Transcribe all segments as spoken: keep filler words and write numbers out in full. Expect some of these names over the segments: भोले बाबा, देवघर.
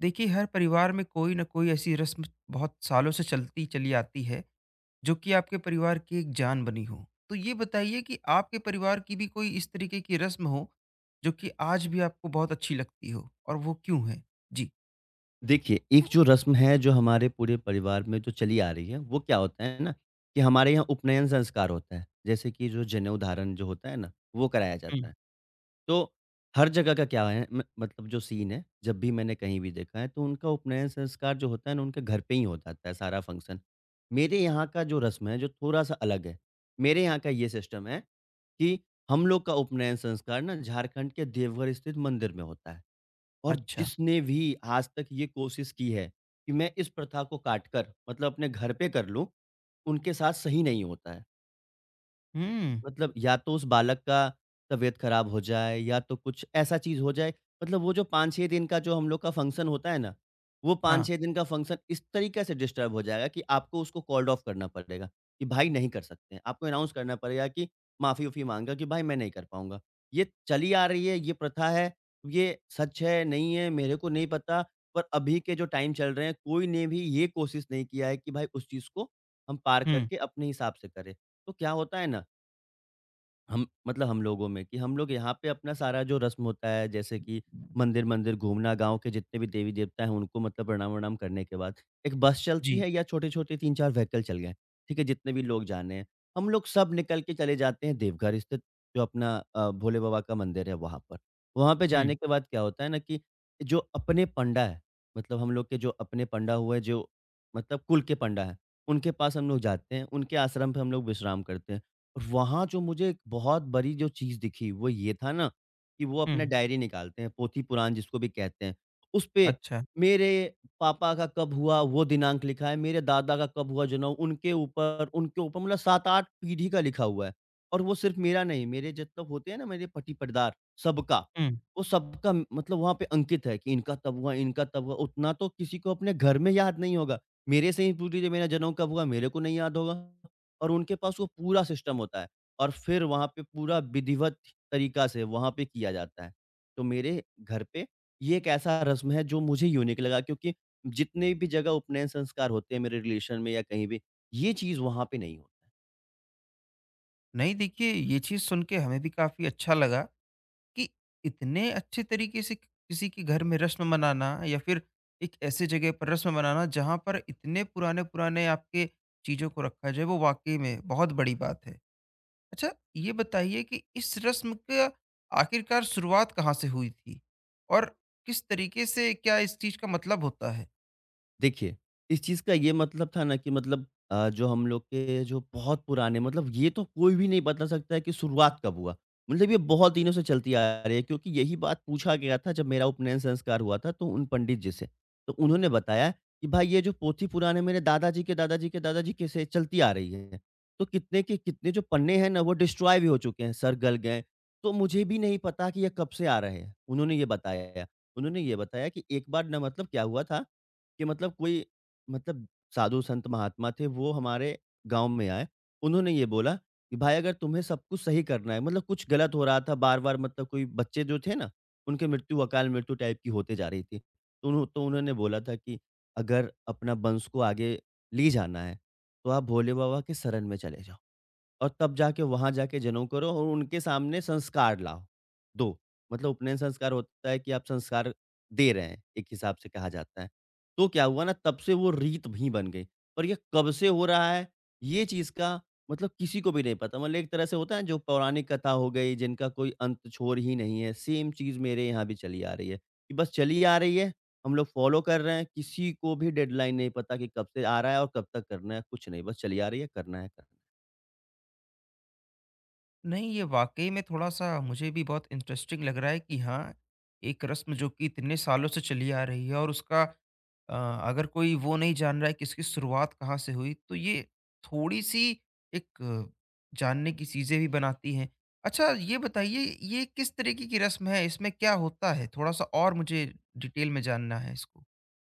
देखिए, हर परिवार में कोई न कोई ऐसी रस्म बहुत सालों से चलती चली आती है, जो कि आपके परिवार की एक जान बनी हो। तो ये बताइए कि आपके परिवार की भी कोई इस तरीके की रस्म हो, जो कि आज भी आपको बहुत अच्छी लगती हो और वो क्यों है? जी। देखिए, एक जो रस्म है जो हमारे पूरे परिवार में जो चली आ रही है, वो क्या होता है ना कि हमारे यहाँ उपनयन संस्कार होता है। जैसे कि जो जनेऊ धारण जो होता है ना, वो कराया हुँ, जाता है। तो हर जगह का क्या है, म मतलब जो सीन है, जब भी मैंने कहीं भी देखा है, तो उनका उपनयन संस्कार जो होता है ना, उनके घर पे ही हो जाता है सारा फंक्शन। मेरे यहाँ का जो रस्म है, जो थोड़ा-सा अलग है। मेरे यहाँ का ये सिस्टम है कि हम लोग का उपनयन संस्कार ना झारखंड के देवघर स्थित मंदिर में होता है। और अच्छा। जिसने भी आज तक ये कोशिश की है कि मैं इस प्रथा को काट कर, मतलब अपने घर पे कर लूँ, उनके साथ सही नहीं होता है। हुँ, मतलब या तो उस बालक का तबीयत खराब हो जाए या तो कुछ ऐसा चीज़ हो जाए, मतलब वो जो पाँच-छह दिन का जो हम लोग का फंक्शन होता है ना, वो हाँ, पाँच-छह दिन का फंक्शन इस तरीके से डिस्टर्ब हो जाएगा कि आपको उसको कॉल्ड ऑफ करना पड़ेगा, कि भाई नहीं कर सकते हैं। आपको अनाउंस करना पड़ेगा कि माफ़ी-वाफ़ी माँगकर कि भाई मैं नहीं कर पाऊँगा। ये चली आ रही है, ये प्रथा है, ये सच है, नहीं है, मेरे को नहीं पता। पर अभी के जो टाइम चल रहे हैं, कोई ने भी ये कोशिश नहीं किया है कि भाई उस चीज़ को हम पार हुँ, करके अपने हिसाब से करें। तो क्या होता है ना, हम मतलब हम लोगों में कि हम लोग यहाँ पे अपना सारा जो रस्म होता है, जैसे कि मंदिर-मंदिर घूमना, गाँव के जितने भी देवी-देवता हैं उनको मतलब प्रणाम-वणाम करने के बाद, एक बस चलती जी, है या छोटे-छोटे तीन-चार व्हीकल चल गए, ठीक है? जितने भी लोग जाने हैं, हम लोग सब निकल के चले जाते हैं देवघर स्थित, जो अपना अ, भोले बाबा का मंदिर है वहाँ पर। वहाँ पे हुँ, जाने के बाद क्या होता है ना कि जो अपने पंडा है, मतलब हम लोग के जो अपने पंडा हुए, जो मतलब कुल के पंडा हैं, उनके पास हम लोग जाते हैं, उनके आश्रम पे हम लोग विश्राम करते हैं। और वहाँ जो मुझे एक बहुत बड़ी जो चीज़ दिखी, वो ये था ना कि वो अपना हुँ, डायरी निकालते हैं, पोथी-पुराण जिसको भी कहते हैं। उसपे अच्छा, मेरे पापा का कब हुआ, वो दिनांक लिखा है, मेरे दादा का कब हुआ जन्म, उनके ऊपर, उनके ऊपर, मतलब सात-आठ पीढ़ी का लिखा हुआ है। और वो सिर्फ़ मेरा नहीं, मेरे जितना होते हैं ना, मेरे पट्टी-पटदार, सबका, हुँ। वो सबका म- मतलब वहाँ पे अंकित है कि इनका तब हुआ, इनका तब हुआ। उतना तो किसी को अपने घर में याद नहीं होगा। मेरे से ही पूछ लीजिए मेरा जन्म कब हुआ, मेरे को नहीं याद होगा। और उनके पास वो पूरा सिस्टम होता है और फिर वहाँ पे पूरा विधिवत तरीका से वहाँ पे किया जाता है। तो मेरे घर पे ये एक ऐसा रस्म है जो मुझे यूनिक लगा, क्योंकि जितने भी जगह उपनयन संस्कार होते हैं, मेरे रिलेशन में या कहीं भी, ये चीज़ वहाँ पे नहीं होता है। नहीं देखिए, ये चीज़ सुन के हमें भी काफ़ी अच्छा लगा कि इतने अच्छे तरीके से किसी के घर में रस्म मनाना या फिर एक ऐसे जगह पर रस्म मनाना जहाँ पर इतने पुराने-पुराने आपके चीज़ों को रखा जाए वो वाक़ई में बहुत बड़ी बात है। अच्छा ये बताइए कि इस रस्म का आखिरकार शुरुआत कहाँ से हुई थी? और किस तरीके से क्या इस चीज़ का मतलब होता है? देखिए, इस चीज़ का ये मतलब था ना कि मतलब अ, जो हम लोग के जो बहुत पुराने, मतलब ये तो कोई भी नहीं बता सकता है कि शुरुआत कब हुआ। मतलब ये बहुत दिनों से चलती आ रही है, क्योंकि यही बात पूछा गया था जब मेरा उपनयन संस्कार हुआ था, तो उन पंडित जी से। तो उन्होंने बताया कि भाई ये जो पोथी पुराने मेरे दादाजी के दादाजी के दादाजी के से चलती आ रही है। तो कितने के कितने जो पन्ने हैं ना, वो डिस्ट्रॉय भी हो चुके हैं, सर गल गए। तो मुझे भी नहीं पता कि ये कब से आ रहे हैं। उन्होंने ये बताया। उन्होंने ये बताया कि एक बार ना, मतलब क्या हुआ था कि मतलब कोई, मतलब साधु संत महात्मा थे, वो हमारे गाँव में आए। उन्होंने ये बोला कि भाई अगर तुम्हें सब कुछ सही करना है, मतलब कुछ गलत हो रहा था बार-बार, मतलब कोई बच्चे जो थे ना, उनकी मृत्यु अकाल मृत्यु टाइप की होते जा रही थी। तो उन्हो तो उन्होंने बोला था कि अगर अपना वंश को आगे ले जाना है, तो आप भोले बाबा के शरण में चले जाओ। और तब जाके वहाँ जाके जनेऊ करो और उनके सामने संस्कार लाओ। दो मतलब उपनयन संस्कार होता है कि आप संस्कार दे रहे हैं, एक हिसाब से कहा जाता है। तो क्या हुआ ना, तब से वो रीत ही बन गई। पर ये कब से हो रहा है, ये चीज़ का मतलब किसी को भी नहीं पता। मतलब एक तरह से होता है जो पौराणिक कथा हो गई जिनका कोई अंत छोर ही नहीं है, सेम चीज़ मेरे यहाँ भी चली आ रही है। कि बस चली आ रही है, हम लोग फ़ॉलो कर रहे हैं, किसी को भी डेडलाइन नहीं पता कि कब से आ रहा है और कब तक करना है, कुछ नहीं, बस चली आ रही है, करना है। करना है। नहीं ये वाक़ई में थोड़ा-सा मुझे भी बहुत इंटरेस्टिंग लग रहा है कि हाँ, एक रस्म जो कि इतने सालों से चली आ रही है और उसका अ, अगर कोई वो नहीं जान रहा है कि इसकी शुरुआत कहाँ से हुई, तो ये थोड़ी-सी एक अ, जानने की चीज़ें भी बनाती हैं। अच्छा, ये बताइए ये किस तरीके की रस्म है? इसमें क्या होता है? थोड़ा-सा और मुझे डिटेल में जानना है इसको।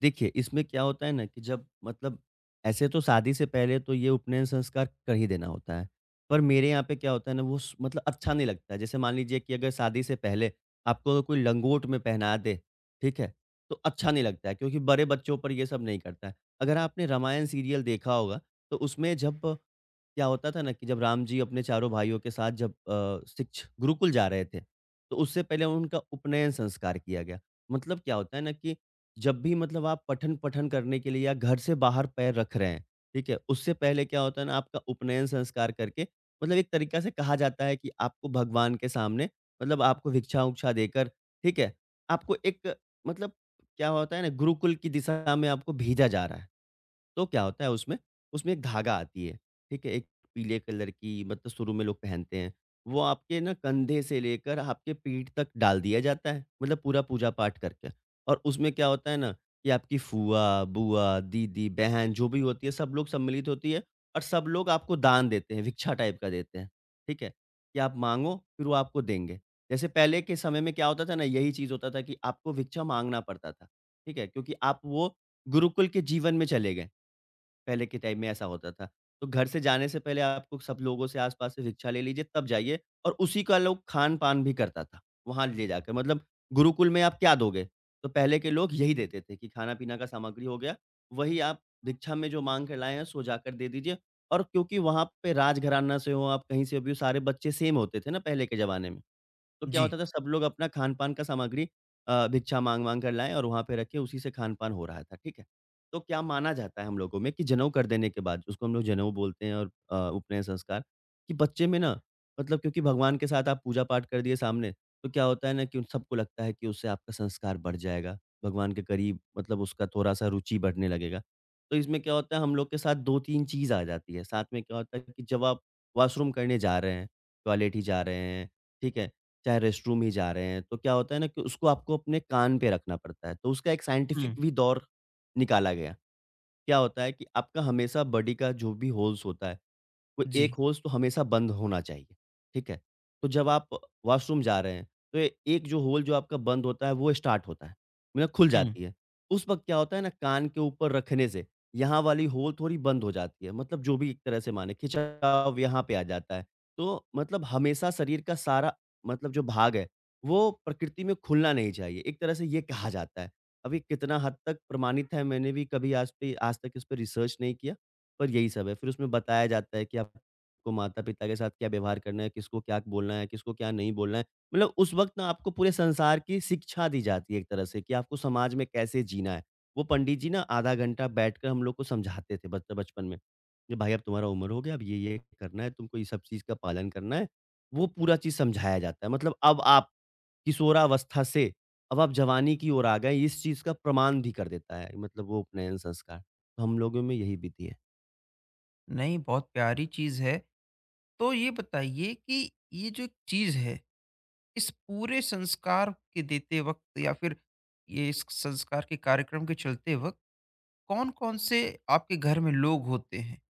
देखिए, इसमें क्या होता है ना कि जब मतलब ऐसे तो शादी से पहले तो ये उपनयन संस्कार कर ही देना होता है। पर मेरे यहाँ पे क्या होता है ना, वो स मतलब अच्छा नहीं लगता है। जैसे मान लीजिए कि अगर शादी से पहले आपको कोई लंगोट में पहना दे, ठीक है? तो अच्छा नहीं लगता है, क्योंकि बड़े बच्चों पर ये सब नहीं करता है। अगर आपने रामायण सीरियल देखा होगा, तो उसमें जब क्या होता था ना कि जब राम जी अपने चारों भाइयों के साथ जब अ, शिक्ष गुरुकुल जा रहे थे, तो उससे पहले उनका उपनयन संस्कार किया गया। मतलब क्या होता है ना कि जब भी मतलब आप पठन-पठन करने के लिए या घर से बाहर पैर रख रहे हैं, ठीक है? उससे पहले क्या होता है ना, आपका उपनयन संस्कार करके मतलब एक तरीका से कहा जाता है कि आपको भगवान के सामने, मतलब आपको भिक्षा-उक्षा देकर, ठीक है? आपको एक, मतलब क्या होता है ना, गुरुकुल की दिशा में आपको भेजा जा रहा है। तो क्या होता है उसमें, उसमें एक धागा आती है, ठीक है? एक पीले कलर की, मतलब शुरू में लोग पहनते हैं। वो आपके ना कंधे से लेकर आपके पीठ तक डाल दिया जाता है, मतलब पूरा पूजा-पाठ करके, और उसमें क्या होता है ना कि आपकी फूआ, बुआ, दीदी, बहन जो भी होती है, सब लोग सम्मिलित होती है और सब लोग आपको दान देते हैं, भिक्षा टाइप का देते हैं, ठीक है? कि आप माँगो, फिर वो आपको देंगे। जैसे पहले के समय में क्या होता था ना, यही चीज़ होता था कि आपको भिक्षा माँगना पड़ता था, ठीक है? क्योंकि आप वो गुरुकुल के जीवन में चले गए। पहले के टाइम में ऐसा होता था। तो घर से जाने से पहले आपको सब लोगों से, आस-पास से भिक्षा ले लीजिए, तब जाइए, और उसी का लोग खान-पान भी करता था, वहाँ ले जाकर। मतलब गुरुकुल में आप क्या दोगे? तो पहले के लोग यही देते थे कि खाना-पीना का सामग्री हो गया, वही आप भिक्षा में जो माँग के लाए हैं, सो जाकर दे दीजिए, और क्योंकि वहाँ पे राजघराना से हो, आप कहीं से भी हो, सारे बच्चे सेम होते थे ना पहले के ज़माने में। तो क्या जी। होता था, सब लोग अपना खान-पान का सामग्री अ, भिक्षा माँग-माँग कर लाए और वहाँ पे रखे, उसी से खान-पान हो रहा था, ठीक है? तो क्या माना जाता है हम लोगों में कि जनेऊ कर देने के बाद, उसको हम लोग जनेऊ बोलते हैं और अ, उपनयन संस्कार, कि बच्चे में ना, मतलब क्योंकि भगवान के साथ आप पूजा-पाठ कर दिए सामने, तो क्या होता है ना कि उन सबको लगता है कि उससे आपका संस्कार बढ़ जाएगा, भगवान के करीब, मतलब उसका थोड़ा-सा रुचि बढ़ने लगेगा। तो इसमें क्या होता है, हम लोग के साथ दो-तीन चीज़ आ जाती है, साथ में क्या होता है कि जब आप वॉशरूम करने जा रहे हैं, टॉयलेट ही जा रहे हैं, ठीक है? चाहे रेस्टरूम ही जा रहे हैं, तो क्या होता है ना कि उसको आपको अपने कान पे रखना पड़ता है। तो उसका एक साइंटिफिक हुँ। भी दौर निकाला गया। क्या होता है कि आपका हमेशा बॉडी का जो भी होल्स होता है, वो एक जी। होज़ तो हमेशा बंद होना चाहिए, ठीक है? तो जब आप वॉशरूम जा रहे हैं, तो ए एक जो होल जो आपका बंद होता है, वो स्टार्ट होता है, मतलब खुल हुँ। जाती है। उस वक़्त क्या होता है ना, कान के ऊपर रखने से यहाँ वाली होल थोड़ी बंद हो जाती है, मतलब जो भी एक तरह से माने खिंचाव यहाँ पे आ जाता है। तो मतलब हमेशा शरीर का सारा मतलब जो भाग है, वो प्रकृति में खुलना नहीं चाहिए, एक तरह से ये कहा जाता है। अभी कितना हद तक प्रमाणित है, मैंने भी कभी आज पे आज तक इस पे रिसर्च नहीं किया। पर यही सब है। फिर उसमें बताया जाता है कि आपको माता-पिता के साथ क्या व्यवहार करना है, किसको क्या बोलना है, किसको क्या नहीं बोलना है। मतलब उस वक़्त ना आपको पूरे संसार की शिक्षा दी जाती है एक तरह से कि आपको समाज में कैसे जीना है। वो पंडित जी ना आधा घंटा बैठकर हम लोग को समझाते थे बच बचपन में, कि भाई अब तुम्हारा उम्र हो गया, अब ये-ये करना है, तुमको ये सब चीज़ का पालन करना है। वो पूरा चीज़ समझाया जाता है। मतलब अब आप किशोरावस्था से अब आप जवानी की ओर आ गए, इस चीज़ का प्रमाण भी कर देता है, मतलब वो उपनयन संस्कार। तो हम लोगों में यही विधि है। नहीं, बहुत प्यारी चीज़ है। तो ये बताइए कि ये जो चीज़ है, इस पूरे संस्कार के देते वक़्त या फिर ये इस संस्कार के कार्यक्रम के चलते वक़्त कौन-कौन से आपके घर में लोग होते हैं,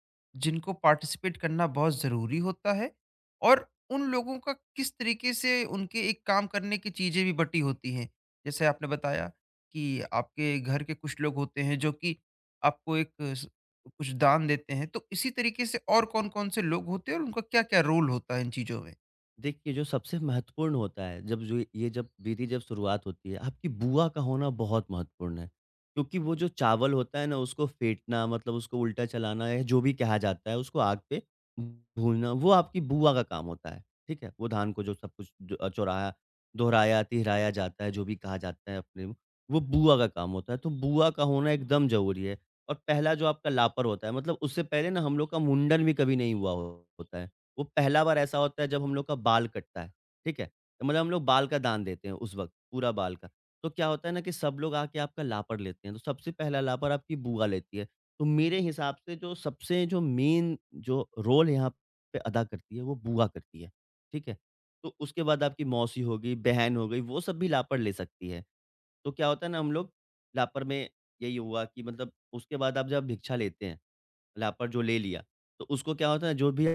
जिनको पार्टिसिपेट करना बहुत ज़रूरी होता है? और उन लोगों का किस तरीके से उनके एक काम करने की चीज़ें भी बटी होती हैं? जैसे आपने बताया कि आपके घर के कुछ लोग होते हैं जो कि आपको एक स कुछ दान देते हैं, तो इसी तरीके से और कौन-कौन से लोग होते हैं और उनका क्या-क्या रोल होता है इन चीज़ों में? देखिए, जो सबसे महत्वपूर्ण होता है, जब जो ये जब विधि जब शुरुआत होती है, आपकी बुआ का होना बहुत महत्वपूर्ण है। क्योंकि वो जो चावल होता है ना, उसको फेंटना मतलब उसको उल्टा चलाना या जो भी कहा जाता है, उसको आग पे भूनना, वो आपकी बुआ का काम होता है, ठीक है? वो धान को जो सब कुछ द चौराया, दोहराया, तिहराया जाता है, जो भी कहा जाता है अपने वो बुआ का काम होता है। तो बुआ का होना एकदम ज़रूरी है और पहला जो आपका लापर होता है, मतलब उससे पहले ना हम लोग का मुंडन भी कभी नहीं हुआ हो- होता है। वो पहला बार ऐसा होता है जब हम लोग का बाल कटता है, ठीक है? तो मतलब हम लोग बाल का दान देते हैं उस वक़्त, पूरा बाल का। तो क्या होता है ना कि सब लोग आके आपका लापर लेते हैं, तो सबसे पहला लापर आपकी बुआ लेती है। तो मेरे हिसाब से जो सबसे जो मेन जो रोल यहाँ पे अदा करती है वो बुआ करती है, ठीक है? तो उसके बाद आपकी मौसी हो गई, बहन हो गई, वो सब भी लापर ले सकती है। तो क्या होता है ना हम लोग लापर में यही हुआ कि मतलब उसके बाद आप जब भिक्षा लेते हैं लापर जो ले लिया, तो उसको क्या होता है जो भी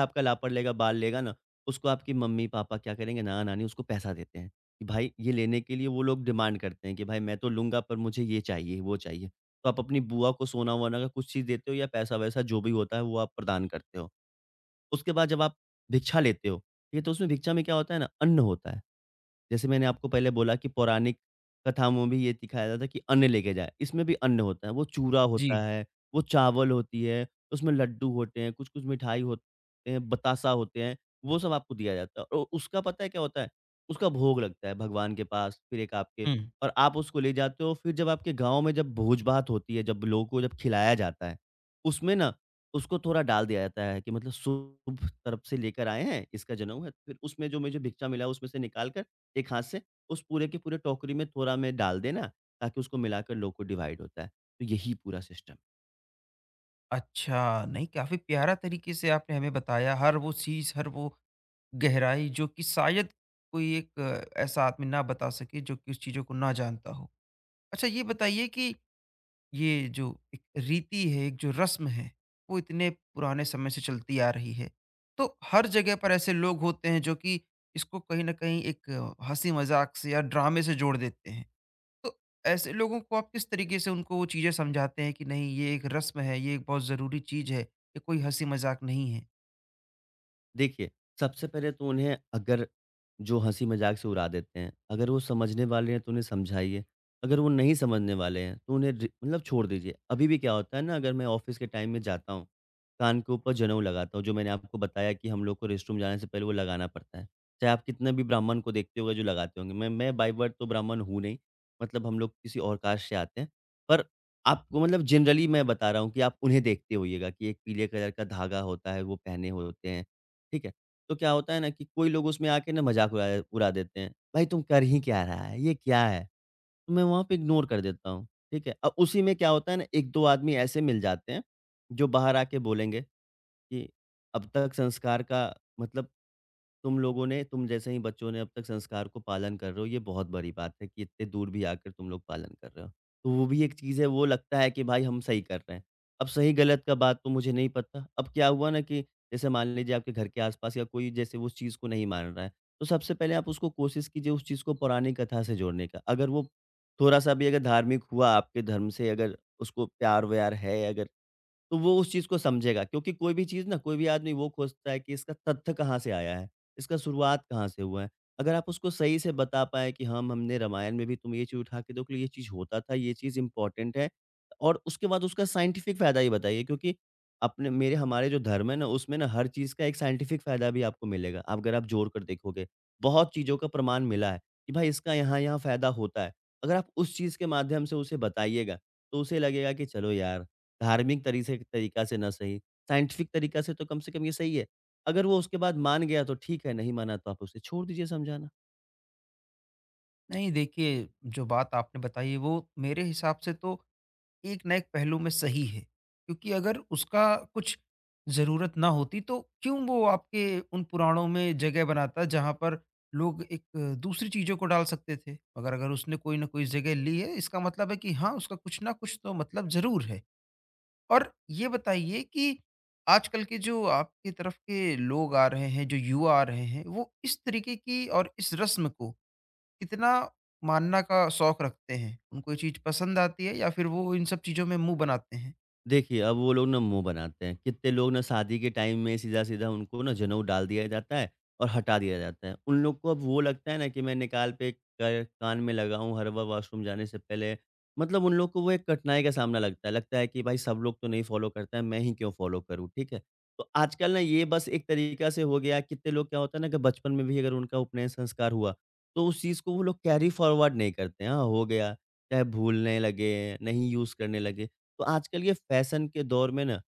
आपका लापर लेगा, बाल लेगा ना, उसको आपकी मम्मी-पापा क्या करेंगे, नाना-नानी उसको पैसा देते हैं, कि भाई ये लेने के लिए वो लोग डिमांड करते हैं कि भाई मैं तो लूँगा पर मुझे ये चाहिए, वो चाहिए। तो आप अपनी बुआ को सोना-वोना का कुछ चीज़ देते हो या पैसा-वैसा जो भी होता है वो आप प्रदान करते हो। उसके बाद जब आप भिक्षा लेते हो, ठीक है? तो उसमें भिक्षा में क्या होता है ना, अन्न होता है। जैसे मैंने आपको पहले बोला कि पौराणिक कथाओं में भी ये दिखाया जाता है कि अन्न लेके जाए, इसमें भी अन्न होता है, वो चूरा जी। होता है, वो चावल होती है, उसमें लड्डू होते हैं, कुछ-कुछ मिठाई होते हैं, बतासा होते हैं, वो सब आपको दिया जाता है। और उसका पता है क्या होता है? उसका भोग लगता है भगवान के पास, फिर एक आपके हुँ। और आप उसको ले जाते हो, फिर जब आपके गाँव में जब भोज-भात होती है, जब लोगों को जब खिलाया जाता है, उसमें ना उसको थोड़ा डाल दिया जाता है कि मतलब शुभ तरफ से लेकर आए हैं, इसका जनेऊ है, फिर उसमें जो मुझे भिक्षा मिला, उसमें से निकाल कर एक हाथ से उस पूरे के पूरे टोकरी में थोड़ा में डाल देना ताकि उसको मिलाकर लोको डिवाइड होता है। तो यही पूरा सिस्टम। अच्छा, नहीं काफ़ी प्यारा तरीके से आपने हमें बताया हर वो चीज़, हर वो गहराई जो कि शायद कोई एक अ, ऐसा आदमी ना बता सके जो कि उस चीज़ों को ना जानता हो। अच्छा ये बताइए कि ये जो एक रीति है, एक जो रस्म है, वो इतने पुराने समय से चलती आ रही है। तो हर जगह पर ऐसे लोग होते हैं जो कि इसको कहीं न कहीं एक हँसी-मज़ाक से या ड्रामे से जोड़ देते हैं। तो ऐसे लोगों को आप किस तरीके से उनको वो चीज़ें समझाते हैं कि नहीं ये एक रस्म है, ये एक बहुत ज़रूरी चीज़ है, ये कोई हँसी-मज़ाक नहीं है? देखिए, सबसे पहले तो उन्हें अगर जो हँसी-मज़ाक से उड़ा देते हैं, अगर वो समझने वाले हैं तो उन्हें समझाइए, अगर वो नहीं समझने वाले हैं तो उन्हें रि मतलब छोड़ दीजिए। अभी भी क्या होता है ना अगर मैं ऑफ़िस के टाइम में जाता हूँ, कान के ऊपर जनेऊ लगाता हूँ, जो मैंने आपको बताया कि हम लोग को रेस्टरूम जाने से पहले वो लगाना पड़ता है। चाहे आप कितना भी ब्राह्मण को देखते होगे जो लगाते होंगे, मैं मैं बाय बर्थ तो ब्राह्मण हूँ नहीं, मतलब हम लोग किसी और कास्ट से आते हैं। पर आपको मतलब जनरली मैं बता रहा हूँ कि आप उन्हें देखते होइएगा कि एक पीले कलर का धागा होता है, वो पहने हुए होते हैं। ठीक है? तो क्या होता है ना कि कोई लोग उसमें आके ना मज़ाक उड़ाया उड़ा देते हैं। भाई तुम कर ही क्या रहा है? ये क्या है? तो मैं वहाँ पे इग्नोर कर देता हूँ, ठीक है? अब उसी में क्या होता है ना एक दो आदमी ऐसे मिल जाते हैं, जो बाहर आके बोलेंगे कि अब तक संस्कार का मतलब तुम लोगों ने तुम जैसे ही बच्चों ने अब तक संस्कार को पालन कर रहे हो, ये बहुत बड़ी बात है कि इतने दूर भी आकर तुम लोग पालन कर रहे हो। तो वो भी एक चीज़ है, वो लगता है कि भाई हम सही कर रहे हैं। अब सही-गलत का बात तो मुझे नहीं पता। अब क्या हुआ ना कि जैसे मान लीजिए आपके घर के आस-पास या कोई जैसे उस चीज़ को नहीं मान रहा है, तो सबसे पहले आप उसको कोशिश कीजिए उस चीज़ को पुरानी कथा से जोड़ने का। अगर वो थोड़ा-सा भी अगर धार्मिक हुआ आपके धर्म से अगर उसको प्यार-व्यार है अगर तो वो उस चीज़ को समझेगा क्योंकि कोई भी चीज़ ना कोई भी आदमी वो खोजता है कि इसका तथ्य कहाँ से आया है, इसका शुरुआत कहाँ से हुआ है। अगर आप उसको सही से बता पाएँ कि हम हमने रामायण में भी तुम ये चीज़ उठा के देखो ये चीज़ होता था, ये चीज़ इम्पोर्टेंट है और उसके बाद उसका साइंटिफिक फ़ायदा ही बताइए क्योंकि अपने मेरे हमारे जो धर्म है ना उसमें ना हर चीज़ का एक साइंटिफिक फ़ायदा भी आपको मिलेगा। आप अगर आप जोड़ कर देखोगे, बहुत चीज़ों का प्रमाण मिला है कि भाई इसका यहाँ-यहाँ फ़ायदा होता है। अगर आप उस चीज़ के माध्यम से उसे बताइएगा, तो उसे लगेगा कि चलो यार धार्मिक तरीके तरीका से ना सही, साइंटिफिक तरीका से तो कम से कम ये सही है। अगर वो उसके बाद मान गया तो ठीक है, नहीं माना तो आप उसे छोड़ दीजिए समझाना। नहीं देखिए, जो बात आपने बताई है वो मेरे हिसाब से तो एक ना एक पहलू में सही है। क्योंकि अगर उसका कुछ ज़रूरत ना होती तो क्यों वो आपके उन पुराणों में जगह बनाता जहाँ पर लोग एक दूसरी चीज़ों को डाल सकते थे। मगर अगर उसने कोई ना कोई जगह ली है इसका मतलब है कि हाँ, उसका कुछ ना कुछ तो मतलब ज़रूर है। और ये बताइए कि आजकल के जो आपकी तरफ के लोग आ रहे हैं, जो युवा आ रहे हैं, वो इस तरीके की और इस रस्म को कितना मानना का शौक रखते हैं? उनको ये चीज़ पसंद आती है या फिर वो इन सब चीज़ों में मुँह बनाते हैं? देखिए, अब वो लोग ना मुँह बनाते हैं। कितने लोग ना शादी के टाइम में सीधा-सीधा उनको ना जनेऊ डाल दिया जाता है और हटा दिया जाता है। उन लोग को अब वो लगता है ना कि मैं निकाल पे क कान में लगाऊँ हर बार वॉशरूम जाने से पहले। मतलब उन लोग को वो एक कठिनाई का सामना लगता है। लगता है कि भाई सब लोग तो नहीं फ़ॉलो करते हैं, मैं ही क्यों फ़ॉलो करूँ, ठीक है? तो आजकल ना ये बस एक तरीका से हो गया है। कितने लोग क्या होता है ना कि बचपन में भी अगर उनका उपनयन संस्कार हुआ, तो उस चीज़ को वो लोग कैरी फ़ॉरवर्ड नहीं करते हैं। हाँ, हो गया, चाहे भूलने लगे, नहीं यूज़ करने लगे। तो आजकल ये फैशन के दौर में ना,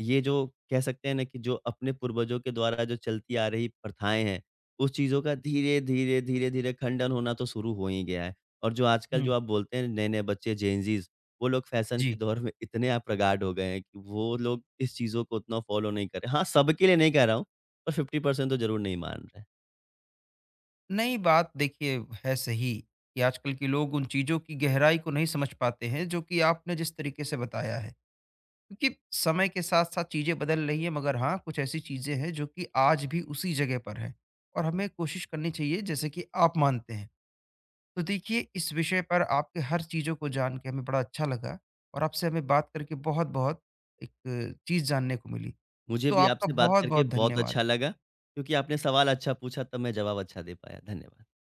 ये जो कह सकते हैं ना कि जो अपने पूर्वजों के द्वारा जो चलती आ रही प्रथाएँ हैं, उस चीज़ों का धीरे, धीरे, धीरे, धीरे खंडन होना तो शुरू हो ही गया है। और जो आजकल हुँ, जो आप बोलते हैं नए-नए बच्चे जेन ज़ीज़, वो लोग फैशन जी। के दौर में इतने आप प्रगाढ़ हो गए हैं कि वो लोग इस चीज़ों को उतना फ़ॉलो नहीं कर रहे। हाँ, सबके लिए नहीं कह रहा हूँ, पर फ़िफ़्टी परसेंट तो ज़रूर नहीं मान रहे। नहीं, बात देखिए है सही कि आजकल के लोग उन चीज़ों की गहराई को नहीं समझ पाते हैं, जो कि आपने जिस तरीके से बताया है। क्योंकि समय के साथ-साथ चीज़ें बदल रही हैं, मगर हाँ, कुछ ऐसी चीज़ें हैं जो कि आज भी उसी जगह पर हैं और हमें कोशिश करनी चाहिए जैसे कि आप मानते हैं। तो देखिए इस विषय पर आपके हर चीज़ों को जान के हमें बड़ा अच्छा लगा और आपसे हमें बात करके बहुत-बहुत एक चीज़ जानने को मिली। मुझे तो भी आपका आपसे बात करके बहुत-बहुत बहुत धन्यवाद। अच्छा लगा, क्योंकि आपने सवाल अच्छा पूछा तब मैं जवाब अच्छा दे पाया। धन्यवाद।